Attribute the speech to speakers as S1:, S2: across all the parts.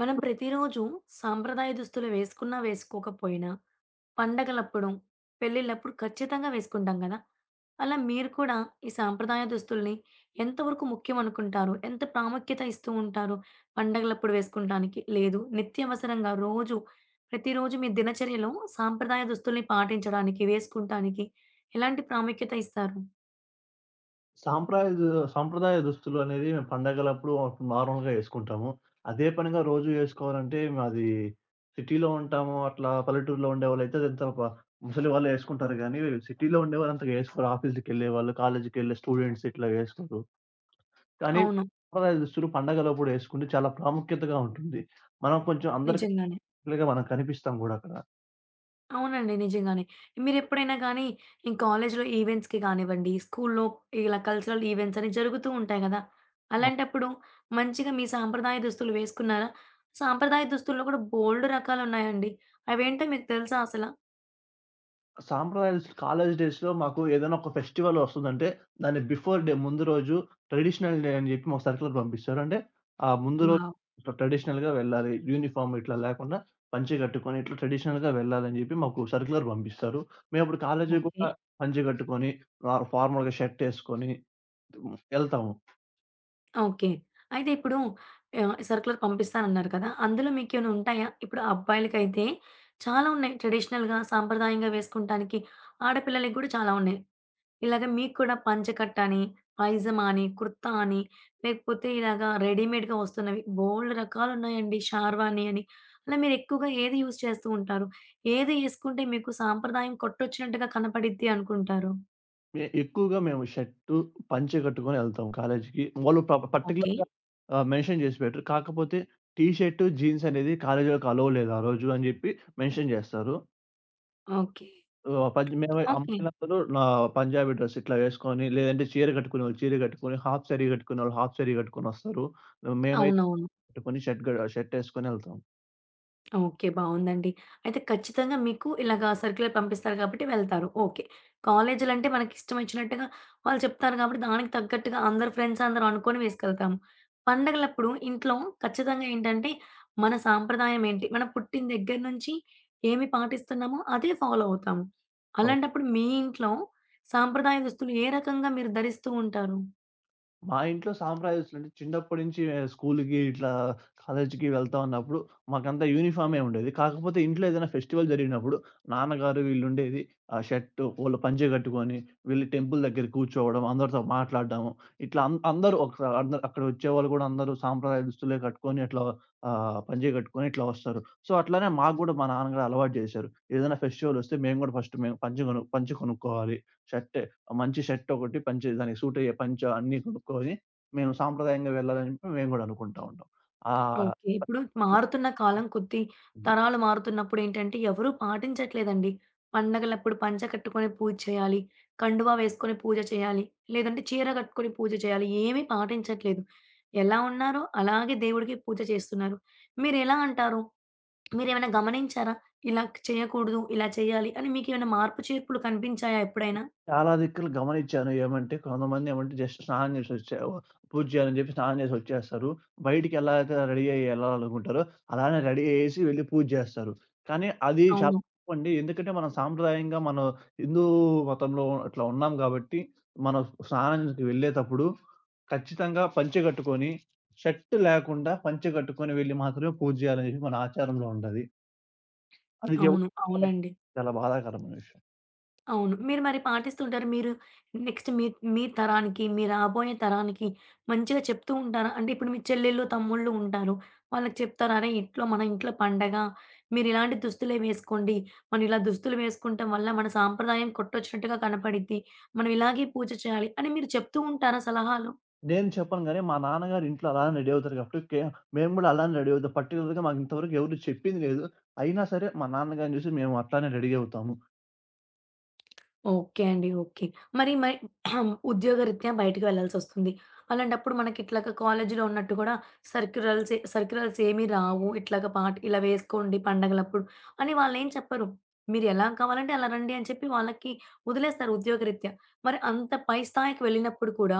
S1: మనం ప్రతిరోజు సాంప్రదాయ దుస్తులు వేసుకున్నా వేసుకోకపోయినా, పండగలప్పుడు, పెళ్ళిళ్ళప్పుడు ఖచ్చితంగా వేసుకుంటాం కదా! అలా మీరు కూడా ఈ సాంప్రదాయ దుస్తుల్ని ఎంతవరకు ముఖ్యం అనుకుంటారు? ఎంత ప్రాముఖ్యత ఇస్తూ ఉంటారు? పండగలప్పుడు వేసుకుంటానికి, లేదు నిత్యవసరంగా రోజు, ప్రతిరోజు మీ దినచర్యలో సాంప్రదాయ దుస్తుల్ని పాటించడానికి, వేసుకుంటానికి ఎలాంటి ప్రాముఖ్యత ఇస్తారు?
S2: సాంప్రాయ దు సాంప్రదాయ దుస్తులనేవి మేము పండగలప్పుడు అప్పుడు నార్మల్‌గా యేసుకుంటాము. అదే పనిగా రోజు యేసుకోవాలంటే మాది సిటీలో ఉంటాము. అట్లా పల్లెటూరులో ఉండేవాళ్ళైతే అదంతా ముసలివాళ్ళు యేసుకుంటారు గానీ, సిటీలో ఉండేవాళ్ళు అంతగా యేసుకోరు. ఆఫీస్‌లకెళ్ళేవాళ్ళు, కాలేజీకెళ్ళే స్టూడెంట్స్ ఇట్లా యేసుకోరు. కానీ
S1: అవును.
S2: సాంప్రదాయ దుస్తులు పండగలప్పుడు యేసుకుంటే చాలా ప్రాముఖ్యతగా ఉంటుంది. మనం కొంచెం అందరికంటే
S1: నిజంగానే.
S2: మనం కనిపిస్తాం గూడా అక్కడ.
S1: అవునండి. నిజంగానే. మీరెప్పుడైనా గానీ ఈ కాలేజీలో ఈవెంట్స్‌కి గానివ్వండి, స్కూలులో ఇలా కల్చరల్ ఈవెంట్స్ అని జరుగుతూ ఉంటాయి గదా! అలాంటప్పుడు మంచిగా మీ సాంప్రదాయ దుస్తులు వేసుకున్నారా? సాంప్రదాయ దుస్తుల్లో కూడా బోలెడు రకాలున్నాయండి. అవేంటో మీకు తెలుసా అసల?
S2: సాంప్రదాయాలు కాలేజ్ డేస్‌లో మాకు ఏదైనా ఒక ఫెస్టివల్ వస్తుందంటే, దాని బిఫోర్ డే ముందు రోజు ట్రెడిషనల్ డే అని చెప్పి మాకు సర్క్యులర్ పంపిస్తారు. అంటే ఆ ముందు రోజు
S1: వావ్!
S2: ఇట్లా ట్రెడిషనల్‌గా వెళ్ళాలి. యూనిఫార్మ్ ఇట్లా లేకుండా పంచె కట్టుకొని ఇట్లా ట్రెడిషనల్‌గా వెళ్ళాలని చెప్పి మాకు సర్క్యులర్ పంపిస్తారు. మేమప్పుడు కాలేజీకి
S1: ఓకే.
S2: కూడా పంచె కట్టుకొని ఫార్మల్‌గా షర్ట్ ఏసుకొని ఎళ్తాము.
S1: ఓకే. అయితే ఇప్పుడు సర్క్యులర్ పంపిస్తానన్నారు కదా! అందులో మీకేమైనా ఉంటాయా? ఇప్పుడు అబ్బాయిలకైతే చాలా ఉన్నాయి. ట్రెడిషనల్‌గా, సాంప్రదాయంగా వేసుకుంటానికి. ఆడపిల్లలకి గూడా చాలా ఉన్నాయి. ఇలాగ మీకు కూడా పంచకట్ట అని, పైజమా అని, కుర్తా అని, లేకపోతే ఇలాగ రెడీమేడ్‌గా వస్తున్నవి బోలెడు రకాలున్నాయండి. షార్వాణి అని. అలా మీరు ఎక్కువగా ఏది యూజ్ చేస్తూ ఉంటారు? ఏది ఏసుకుంటే మీకు సాంప్రదాయం కొట్టొచ్చినట్టుగా కనపడిద్ది అనుకుంటారు?
S2: ఎక్కువగా మేము షర్టు, పంచె కట్టుకొని ఎళ్తాం కాలేజికి. వాళ్ళు
S1: ఓకే.
S2: పర్టిక్యులర్‌గా మెన్షన్ చేసి పెట్టరు. కాకపోతే టీ షర్టు, జీన్స్ అనేది కాలేజీలోకి లేదు ఆ రోజు అని చెప్పి మెన్షన్ చేస్తారు.
S1: ఓకే.
S2: ఆహ్, పం మేము
S1: ఓకే.
S2: అమ్మాయిలందరూ పంజాబీ డ్రెస్ ఇట్లా వేసుకొని, లేదంటే చీర కట్టుకునేవాళ్ళు చీర కట్టుకొని, హాఫ్ సారీ కట్టుకునేవాళ్ళు హాఫ్ సారీ కట్టుకొనొస్తారు. మేమైతే
S1: అవునవును.
S2: కట్టుకొని షర్ట్ గ షర్ట్ ఎసుకొని ఎళ్తాం.
S1: ఓకే. బావుందండి. అయితే ఖచ్చితంగా మీకు ఇలాగా సర్క్యులర్ పంపిస్తారు కాబట్టి వెళ్తారు. ఓకే. కాలేజీలంటే మనకిష్టమొచ్చినట్టుగా వాళ్ళు చెప్తారు కాబట్టి దానికి తగ్గట్టుగా అందరు ఫ్రెండ్స్ అందరం అనుకోని వేసుకెళ్తాము. పండగలప్పుడు ఇంట్లో ఖచ్చితంగా ఏంటంటే మన సాంప్రదాయం ఏంటి? మనం పుట్టిన దగ్గర నుంచి ఏమి పాటిస్తున్నామో అదే ఫాలో అవుతాము. అలాంటప్పుడు మీ ఇంట్లో సాంప్రదాయ దుస్తులు ఏ రకంగా మీరు ధరిస్తూ ఉంటారు?
S2: మా ఇంట్లో సాంప్రదాయస్తులు అంటే చిన్నప్పటి నుంచి స్కూలుకి ఇట్లా కాలేజీకి వెళ్తా ఉన్నప్పుడు మాకంతా యూనిఫామే ఉండేది. కాకపోతే ఇంట్లో ఏదైనా ఫెస్టివల్ జరిగినప్పుడు నాన్నగారు వీళ్ళుండేది ఆ షర్టు, వాళ్ళు పంచె కట్టుకొని వీళ్ళు టెంపుల్ దగ్గర కూర్చోవడం, అందరితో మాట్లాడడము. ఇట్లా అందరూ అక్కడ వచ్చేవాళ్ళు కూడా అందరూ సాంప్రదాయ దుస్తులే కట్టుకొని అట్లా పంచె కట్టుకొని ఇట్లా వస్తారు. సో, అట్లనే మాకు కూడా మా నాన్నగారు అలవాటు చేశారు. ఏదైనా ఫెస్టివల్ వస్తే మేము కూడా ఫస్ట్ మేము పంచె కొనుక్కోవాలి. షర్ట్ మంచి షర్ట్ ఒకటి, పంచె దానికి సూట్ అయ్యే పంచ అన్నీ కొనుక్కొని, మేము సాంప్రదాయంగా వెళ్ళాలని చెప్పి మేము గూడా అనుకుంటా ఉంటాం. ఆహ్
S1: ఓకే. ఇప్పుడు మారుతున్న కాలం కొద్దీ, తరాలు మారుతున్నప్పుడేంటంటే, ఎవరూ పాటించట్లేదండి. పండగలప్పుడు పంచ కట్టుకొని పూజ చేయాలి, కండువా వేసుకొని పూజ చేయాలి, లేదంటే చీర కట్టుకొని పూజ చేయాలి. ఏమీ పాటించట్లేదు. ఎలా ఉన్నారో అలాగే దేవుడికి పూజ చేస్తున్నారు. మీరెలా అంటారు? మీరేమైనా గమనించారా? ఇలా చేయకూడదు, ఇలా చేయాలి అని మీకేమైనా మార్పు చేర్పులు కనిపించాయా ఎప్పుడైనా?
S2: చాలా దిక్కులు గమనిచ్చాను. ఏమంటే కొంతమందేమంటే జస్ట్ స్నానం జేసొచ్చారు. పూజ చేయాలని జెప్పి స్నానం జేసొచ్చేస్తారు. బయటికి ఎలా అయితే రెడీ అయ్యి యెళ్ళాలనుకుంటారో అలానే రెడీ అయ్యేసి వెళ్లి పూజ జేస్తారు. కానీ అది చాలా
S1: అవును.
S2: తప్పండి. ఎందుకంటే మనం హిందూ మతంలో అట్లా ఉన్నాం గాబట్టి, మనం స్నానానికి వెళ్ళేతప్పుడు ఖచ్చితంగా పంచె గట్టుకొని, షర్ట్ లేకుండా పంచె గట్టుకొని వెళ్లి మాత్రమే పూజ జేయాలని జెప్పి మన ఆచారంలో ఉంటది. అది ఎవ్
S1: అవును. అవునండి.
S2: చాలా బాధాకరమైన విషయం.
S1: అవును. మీరు మరి పాటిస్తుంటారు. మీరు నెక్స్ట్ మీ మీ తరానికి, మీ రాబోయే తరానికి మంచిగా చెప్తూ ఉంటారా? అంటే ఇప్పుడు మీ చెల్లెళ్ళు, తమ్ముళ్ళు ఉంటారు. వాళ్ళకి చెప్తారా? "అరే! మన ఇంట్లో పండగ. మీరిలాంటి దుస్తులే వేసుకోండి. మనం ఇలా దుస్తులు వేసుకుంటం వల్ల మన సాంప్రదాయం కొట్టొచ్చినట్టుగా కనపడిద్ది. మనం ఇలాగే పూజ చేయాలి" అని మీరు చెప్తూ ఉంటారా సలహాలు?
S2: నేను చెప్పను గానీ, మా నాన్నగారు ఇంట్లో అలానే రెడీ అవుతారు గాబట్టి, ఓకే. మేము గూడా అలానే రెడీ అవుతాం. పర్టిక్యులర్‌గా మాకు ఇంతవరకు ఎవరు చెప్పింది లేదు. అయినా సరే, మా నాన్నగారిని చూసి మేము అట్లానే రెడీ అవుతాము.
S1: ఓకే అండి. ఓకే. మరి మై ఉద్యోగరీత్యా బయటికి వెళ్ళాల్సొస్తుంది. అలాంటప్పుడు మనకిట్లాగా కాలేజీలో ఉన్నట్టు గూడా సర్క్యులర్స్ ఏమీ రావు. ఇట్లాగా పాట్ ఇలా వేసుకోండి పండగలప్పుడు అని వాళ్ళేం చెప్పరు. మీరెలా కావాలంటే అలా రండి అని చెప్పి వాళ్ళకి వదిలేస్తారు ఉద్యోగరీత్యా. మరి అంత పై స్థాయికి వెళ్ళినప్పుడు కూడా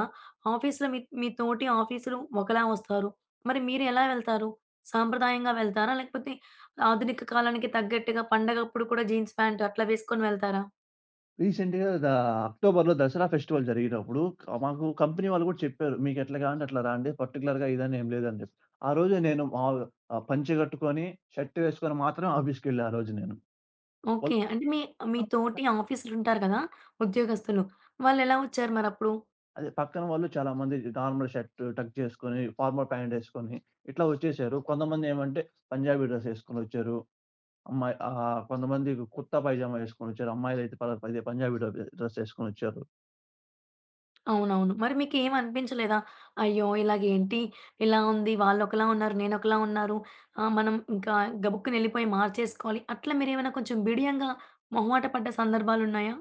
S1: ఆఫీస్‌లో మీ మీ తోటి ఆఫీసరు ఒకలా వస్తారు. మరి మీరు ఎలా వెళ్తారు? సాంప్రదాయంగా వెళ్తారా? లేకపోతే ఆధునిక కాలానికి తగ్గట్టుగా పండగప్పుడు కూడా జీన్స్ ప్యాంట్ అట్లా వేసుకొని వెళ్తారా?
S2: రీసెంట్‌గా అక్టోబర్‌లో దసరా ఫెస్టివల్ జరిగినప్పుడు మాకు కంపెనీ వాళ్ళు గూడా చెప్పారు. మీకు ఎట్లా కావాలంటే అట్లా రండి. పర్టిక్యులర్‌గా ఇదని ఏం లేదని జెప్పి. ఆ రోజే నేను మాములుగా పంచె గట్టుకొని, షర్ట్ వేసుకొని మాత్రమే ఆఫీస్‌కెళ్ళా ఆ రోజు నేను. వాళ్ళు
S1: ఓకే. అంటే మీ మీ తోటి ఆఫీసరుంటారు కదా! ఉద్యోగస్తులు. వాళ్ళెలా వచ్చారు మరప్పుడు?
S2: అదే పక్కన వాళ్ళు చాలామంది నార్మల్ షర్ట్ టక్ చేసుకొని, ఫార్మల్ ప్యాంట్ ఏసుకొని ఇట్లా వచ్చేసారు. కొంతమందేమంటే పంజాబీ డ్రెస్ ఏసుకొనొచ్చారు. కొంతమంది కుర్తా పైజామా ఏసుకొనొచ్చారు. అమ్మాయిలైతే అదే పంజాబీ డ్రెస్ ఏసుకొనొచ్చారు.
S1: అవునవును. మరి మీకేం అనిపించలేదా? అయ్యో! ఇలాగేంటి ఇలా ఉంది, వాళ్ళొకలా ఉన్నారు, నేనొకలా ఉన్నారు. మనం ఇంకా గబుక్కునెళ్ళిపోయి మార్చేసుకోవాలి. అట్లా మీరేమైనా కొంచెం బిడియంగా మొహమాట పడ్డ సందర్భాలున్నాయా?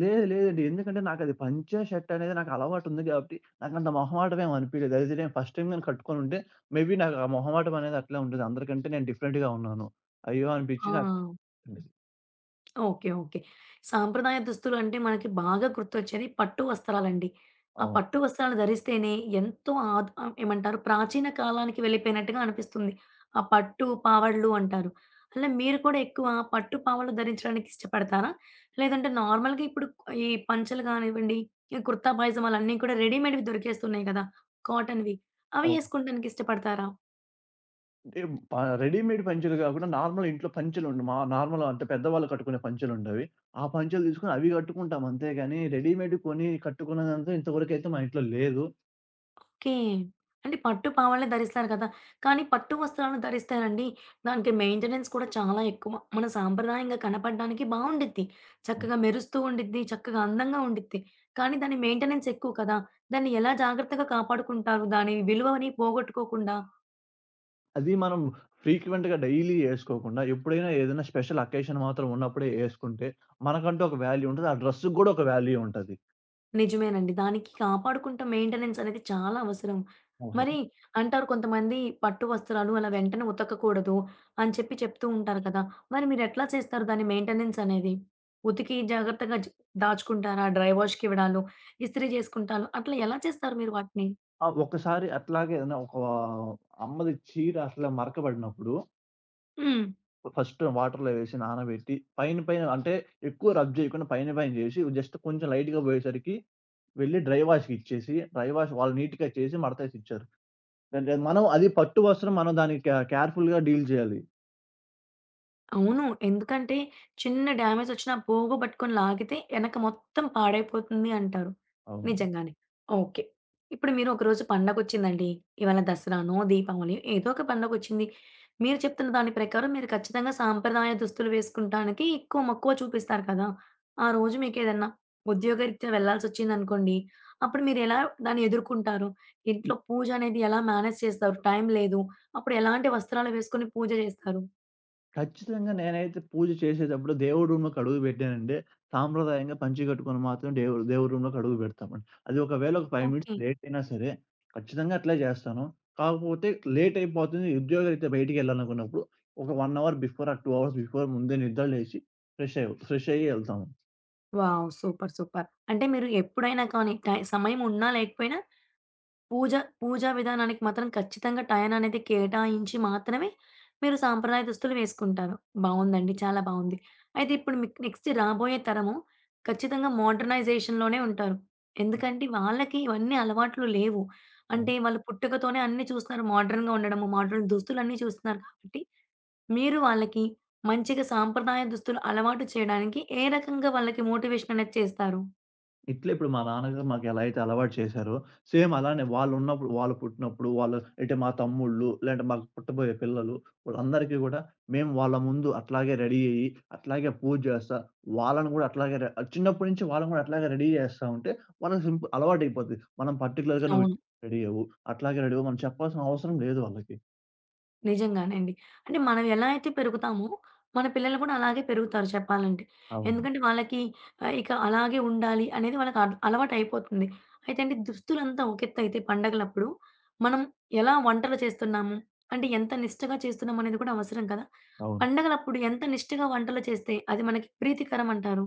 S2: లేదు లేదండి. ఎందుకంటే నాకది పంచె షర్ట్ అనేది నాకు అలవాటుంది గాబట్టి, నాకంత మొహమాటం ఏమి అనిపియలేదు. అది నేను ఫస్ట్ టైమ్ నేను కట్టుకొనుంటే మేబీ నాకు ఆ మొహమాటం అనేది అట్లే ఉండేది. అందరికంటే నేను డిఫరెంట్‌గా ఉన్నాను. అయ్యో! అనిపిచ్చి
S1: ఆ!
S2: నాకు.
S1: ఓకే. ఓకే. సాంప్రదాయ దుస్తులంటే మనకి బాగా గుర్తొచ్చేది పట్టు వస్త్రాలండి. ఆ
S2: అవును.
S1: పట్టు వస్త్రాలు ధరిస్తేనే ఎంతో ఏమంటారు ప్రాచీన కాలానికి వెళ్ళిపోయినట్టుగా అనిపిస్తుంది. ఆ పట్టు పావడ్లు అంటారు. అలా మీరు కూడా ఎక్కువ పట్టు పావడ్లు ధరించడానికి ఇష్టపడతారా? లేదంటే నార్మల్‌గా ఇప్పుడు ఈ పంచలు కానివ్వండి, ఈ కుర్తా పైజామాలన్నీ కూడా రెడీమేడ్‌వి దొరికేస్తున్నాయి కదా! కాటన్‌వి. అవి
S2: అవును.
S1: ఏసుకోవడానికి ఇష్టపడతారా?
S2: అంటే ప రెడీమేడ్ పంచెలు గాకుండా నార్మల్ ఇంట్లో పంచెలుండు మా నార్మల్ అంటే పెద్దవాళ్ళు కట్టుకునే పంచెలుండేవి. ఆ పంచెలు తీసుకొని అవి గట్టుకుంటాం అంతే గాని రెడీమేడ్ కొని కట్టుకున్నదంతా ఇంతవరకైతే మా ఇంట్లో లేదు.
S1: ఓకే. అంటే పట్టు పావాలే ధరిస్తారు కదా! కానీ పట్టు వస్త్రాలను ధరిస్తారండి. దానికి మెయింటెనెన్స్ కూడా చాలా ఎక్కువ. మన సాంప్రదాయంగా కనపడడానికి బావుండిద్ది. చక్కగా మెరుస్తూ ఉండిద్ది. చక్కగా అందంగా ఉండిద్ది. కానీ దాని మెయింటెనెన్స్ ఎక్కువ కదా! దాన్ని ఎలా జాగ్రత్తగా కాపాడుకుంటారు? దాని విలువని పోగొట్టుకోకుండా?
S2: అది మనం ఫ్రీక్వెంట్‌గా డైలీ ఏసుకోకుండా, ఎప్పుడైనా ఏదైనా స్పెషల్ అకేషన్ మాత్రం ఉన్నప్పుడే ఏసుకుంటే, మనకంటూ ఒక వాల్యూ ఉంటది. ఆ డ్రెస్‌కి గూడా ఒక వాల్యూ ఉంటది.
S1: నిజమేనండి. దానికి కాపాడుకుంటూ మెయింటెనెన్స్ అనేది చాలా అవసరం. మరి
S2: అవసరం.
S1: అంటారు కొంతమంది పట్టు వస్త్రాలు అలా వెంటనే ఉతకకూడదు అని చెప్పి చెప్తూ ఉంటారు కదా! మరి మీరెట్లా చేస్తారు దాని మెయింటెనెన్స్ అనేది? ఉతికి జాగ్రత్తగా జ్ దాచుకుంటారా? డ్రై వాష్‌కివ్వడాలు, ఇస్త్రీ జేసుకుంటాలు అట్లా ఎలా చేస్తారు మీరు వాటిని?
S2: ఆ! ఒక్కసారి అట్లాగే ఏదైనా ఒక అమ్మది చీర అట్లా మరకబడినప్పుడు, ఫస్ట్ వాటర్‌లో వేసి నానబెట్టి, పైన పైన అంటే ఎక్కువ రబ్ జేయకుండా పైన పైన జేసి, జస్ట్ కొంచెం లైట్‌గా పోయేసరికి వెళ్లి డ్రై వాష్‌కి ఇచ్చేసి, డ్రై వాష్ వాళ్ళు నీట్‌గా చేసి మడతేసిచ్చారు. అంటే మనం అది పట్టు వస్త్రం మనం దానికి కేర్‌ఫుల్‌గా డీల్ జేయాలి.
S1: అవును. ఎందుకంటే, చిన్న డ్యామేజొచ్చినా పోగొబట్టుకొని లాగితే ఎనక మొత్తం పాడైపోతుంది అంటారు.
S2: అవును.
S1: నిజంగానే. ఓకే. ఇప్పుడు మీరు ఒకరోజు పండగొచ్చిందండి. ఇవాళ దసరానో, దీపావళియో ఏదో ఒక పండగొచ్చింది. మీరు చెప్తున్న దాని ప్రకారం మీరు ఖచ్చితంగా సాంప్రదాయ దుస్తులు వేసుకుంటానికి ఎక్కువ మక్కువ చూపిస్తారు కదా! ఆ రోజు మీకేదన్నా ఉద్యోగరీత్యా వెళ్ళాల్సొచ్చిందనుకోండి, అప్పుడు మీరెలా దాన్ని ఎదుర్కుంటారు? ఇంట్లో పూజనేది ఎలా మేనేజ్ చేస్తారు? టైం లేదు. అప్పుడు ఎలాంటి వస్త్రాలు వేసుకొని పూజ జేస్తారు?
S2: ఖచ్చితంగా నేనైతే పూజ చేసేటప్పుడు దేవుడి రూమ్‌లోకి అడుగు పెట్టానంటే, సాంప్రదాయంగా పంచె కట్టుకొని మాత్రం దేవుడి రూమ్‌లోకి అడుగు పెడతామండి. అది ఒకవేళ ఒక 5 మినిట్స్
S1: ఓకే.
S2: లేట్ అయినా సరే, ఖచ్చితంగా అట్లే చేస్తాను. కాకపోతే లేట్ అయిపోతుంది, ఉద్యోగరీత్యా బయటికెళ్ళాలనుకున్నప్పుడు, ఒక 1 అవర్ బిఫోర్ ఆర్ 2 అవర్స్ ముందే నిద్ర లేచి, ఫ్రెష్ అయ్యి ఎళ్తాము.
S1: వావ్! సూపర్. సూపర్. అంటే మీరు ఎప్పుడైనా కానీ టై సమయం ఉన్నా లేకపోయినా పూజ పూజా విధానానికి మాత్రం ఖచ్చితంగా టైం అనేది కేటాయించి మాత్రమే మీరు సాంప్రదాయ దుస్తులు వేసుకుంటారు. బావుందండి. చాలా బావుంది. అయితే ఇప్పుడు మీకు నెక్స్ట్ రాబోయే తరము ఖచ్చితంగా మోడర్నైజేషన్‌లోనే ఉంటారు. ఎందుకంటే వాళ్ళకి ఇవన్నీ అలవాట్లు లేవు.
S2: అవును.
S1: అంటే వాళ్ళు పుట్టుకతోనే అన్నీ చూస్తున్నారు. మోడర్న్‌గా ఉండడము, మోడర్న్ దుస్తులన్నీ చూస్తున్నారు కాబట్టి మీరు వాళ్ళకి మంచిగా సాంప్రదాయ దుస్తులు అలవాటు చేయడానికి ఏ రకంగా వాళ్ళకి మోటివేషన్ అనేది చేస్తారు?
S2: ఇట్లా ఇప్పుడు మా నాన్నగారు మాకెలా అయితే అలవాటు చేశారో, సేమ్ అలానే వాళ్ళున్నప్పుడు, వాళ్ళు పుట్టినప్పుడు వాళ్ళు అంటే మా తమ్ముళ్ళు, లేదంటే మాకు పుట్టబోయే పిల్లలు వాళ్ళందరికీ గూడా మేము వాళ్ళ ముందు అట్లాగే రెడీ అయ్యి, అట్లాగే పూజ జేస్తా, వాళ్ళని గూడా అట్లాగే రె చిన్నప్పటి నుంచి వాళ్ళని గూడా అట్లాగే రెడీ జేస్తా ఉంటే, వాళ్ళకి సింపు అలవాటయిపోద్ది. మనం పర్టిక్యులర్‌గా
S1: అవును.
S2: రెడీ అవ్వు, అట్లాగే రెడీ అవ్వు, మనం చెప్పాల్సిన అవసరం లేదు వాళ్ళకి.
S1: నిజంగానే అండి. అంటే మనం ఎలా అయితే పెరుగుతామో, మన పిల్లలు కూడా అలాగే పెరుగుతారు చెప్పాలంటే.
S2: అవును.
S1: ఎందుకంటే వాళ్ళకి ఇక అలాగే ఉండాలి అనేది వాళ్ళకి అల్ అలవాటయిపోతుంది. అయితే అండి దుస్తులంతా ఒక ఎత్తయితే పండగలప్పుడు, మనం ఎలా వంటలు చేస్తున్నాము, అంటే ఎంత నిష్టగా చేస్తున్నాం అనేది కూడా అవసరం కదా!
S2: అవును.
S1: పండగలప్పుడు ఎంత నిష్టగా వంటలు చేస్తే అది మనకి ప్రీతికరం అంటారు?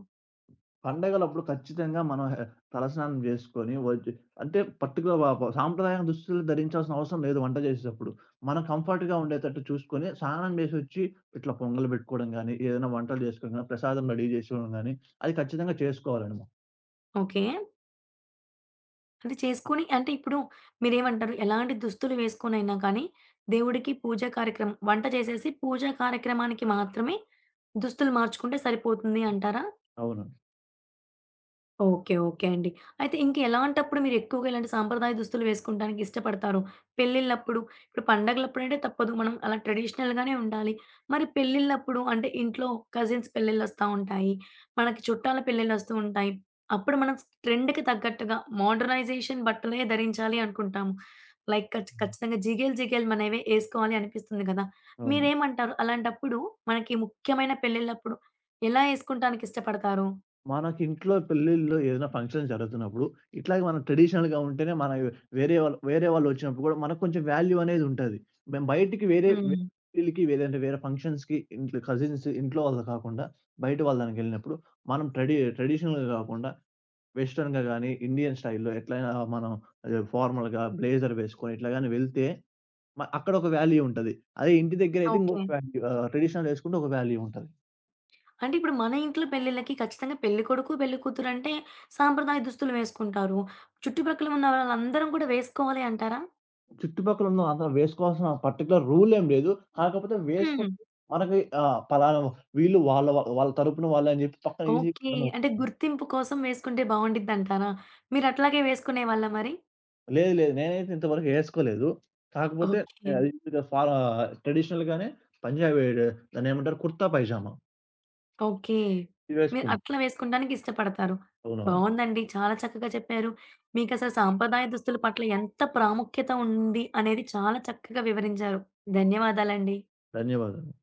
S2: పండగలప్పుడు ఖచ్చితంగా మనం హె తలస్నానం జేసుకొని ఒద్దు అంటే పర్టిక్యులర్ వ వ సాంప్రదాయ దుస్తులు ధరించాల్సిన అవసరం లేదు వంట జేసేటప్పుడు. మనం కంఫర్ట్‌గా ఉండేటట్టు చూసుకొని స్నానం జేసొచ్చి ఇట్లా పొంగలు బెట్టుకోవడం గానీ, ఏదైనా వంటలు జేసుకోవడం గానీ, ప్రసాదం రెడీ జేసుకోవడం గానీ, అది ఖచ్చితంగా చేసుకోవాలండి మనం.
S1: ఓకే. అంటే చేసుకొని అంటే ఇప్పుడు మీరేమంటారు? ఎలాంటి దుస్తులు వేసుకొనైనా కానీ, దేవుడికి పూజా కార్యక్రమం వంట చేసేసి పూజా కార్యక్రమానికి మాత్రమే దుస్తులు మార్చుకుంటే సరిపోతుంది అంటారా?
S2: అవును.
S1: ఓకే. ఓకే అండి. అయితే ఇంకెలాంటప్పుడు మీరెక్కువగా ఇలాంటి సాంప్రదాయ దుస్తులు వేసుకుంటానికి ఇష్టపడతారు? పెళ్ళిళ్ళప్పుడు, ఇప్పుడు పండగలప్పుడంటే తప్పదు. మనం అలా ట్రెడిషనల్‌గానే ఉండాలి. మరి పెళ్ళిళ్ళప్పుడు అంటే ఇంట్లో కజిన్స్ పెళ్ళిళ్ళొస్తా ఉంటాయి. మనకి చుట్టాల పెళ్ళిళ్ళొస్తూ ఉంటాయి. అప్పుడు మనం ట్రెండ్‌కి తగ్గట్టుగా మోడర్నైజేషన్ బట్టలే ధరించాలి అనుకుంటాము. లైక్ ఖచ్చితంగా జిగేల్ జిగేల్ మనవే ఏసుకోవాలి అనిపిస్తుంది గదా!
S2: అవును.
S1: మీరేమంటారు? అలాంటప్పుడు మనకి ముఖ్యమైన పెళ్ళిళ్ళప్పుడు ఎలా ఏసుకుంటానికి ఇష్టపడతారు?
S2: మనకింట్లో పెళ్ళిల్లో ఏదైనా ఫంక్షన్ జరుగుతున్నప్పుడు, ఇట్లాగే మనం ట్రెడిషనల్‌గా ఉంటేనే మన వేరే వాళ్ళొచ్చినప్పుడు గూడా మనకు కొంచెం వాల్యూ అనేదుంటది. మేము బయటికి వేరే వే
S1: హ్మ్.
S2: పెళ్ళికి వేరే ఫంక్షన్స్‌కి ఇంట్లో కజిన్స్ ఇంట్లో వాళ్ళు కాకుండా బయట వాళ్ళ దానికెళ్ళినప్పుడు మనం ట్రెడిషనల్‌గా గాకుండా వెస్టర్న్‌గా గానీ, ఇండియన్ స్టైల్‌లో ఎట్లైనా మనం ఫార్మల్‌గా బ్లేజర్ వేసుకొని ఇట్లా గాని వెళ్తే అక్కడొక వాల్యూ ఉంటది. అదే ఇంటి దగ్గరైతే ఇంకొక
S1: ఓకే.
S2: వాల్యూ ట్రెడిషనల్ యేసుకుంటే ఒక వాల్యూ ఉంటది.
S1: అంటే ఇప్పుడు మన ఇంట్లో పెళ్ళిళ్ళకి ఖచ్చితంగా పెళ్ళికొడుకు, పెళ్ళికూతురు అంటే సాంప్రదాయ దుస్తులు వేసుకుంటారు. చుట్టుపక్కల ఉన్న వాళ్ళందరం కూడా వేసుకోవాలి అంటారా?
S2: చుట్టుపక్కల ఉన్న అందరూ వేసుకోవాల్సిన పర్టిక్యులర్ రూల్ ఏం లేదు. కాకపోతే
S1: హ్మ్.
S2: వేసుకుంటే మనకి పలానా వీళ్ళు వాళ్ళ వ వాళ్ళ తరపున వాళ్ళే అని చెప్పి పక్కన ఈజీగా
S1: ఓకే.
S2: అర్థమవుతుంది.
S1: అంటే గుర్తింపు కోసం వేసుకుంటే బావుండిద్దంటారా? మీరు అట్లాగే వేసుకునేవాళ్ళా మరి?
S2: లేదు లేదు. నేనైతే ఇంతవరకు ఏసుకోలేదు. కాకపోతే
S1: ఓకే.
S2: అది కొద్దిగా ట్రెడిషనల్ గానే పంజాబీ దాన్నేమంటారు కుర్తా పైజామా
S1: ఓకే.
S2: ఇది
S1: మీరు
S2: వేసుకున్నా.
S1: అట్లా వేసుకుంటానికి ఇష్టపడతారు.
S2: అవునవును.
S1: బావుందండి. చాలా చక్కగా చెప్పారు. మీకసలు సాంప్రదాయ దుస్తుల పట్ల ఎంత ప్రాముఖ్యత ఉంది అనేది చాలా చక్కగా వివరించారు. ధన్యవాదాలండి.
S2: ధన్యవాదాలు.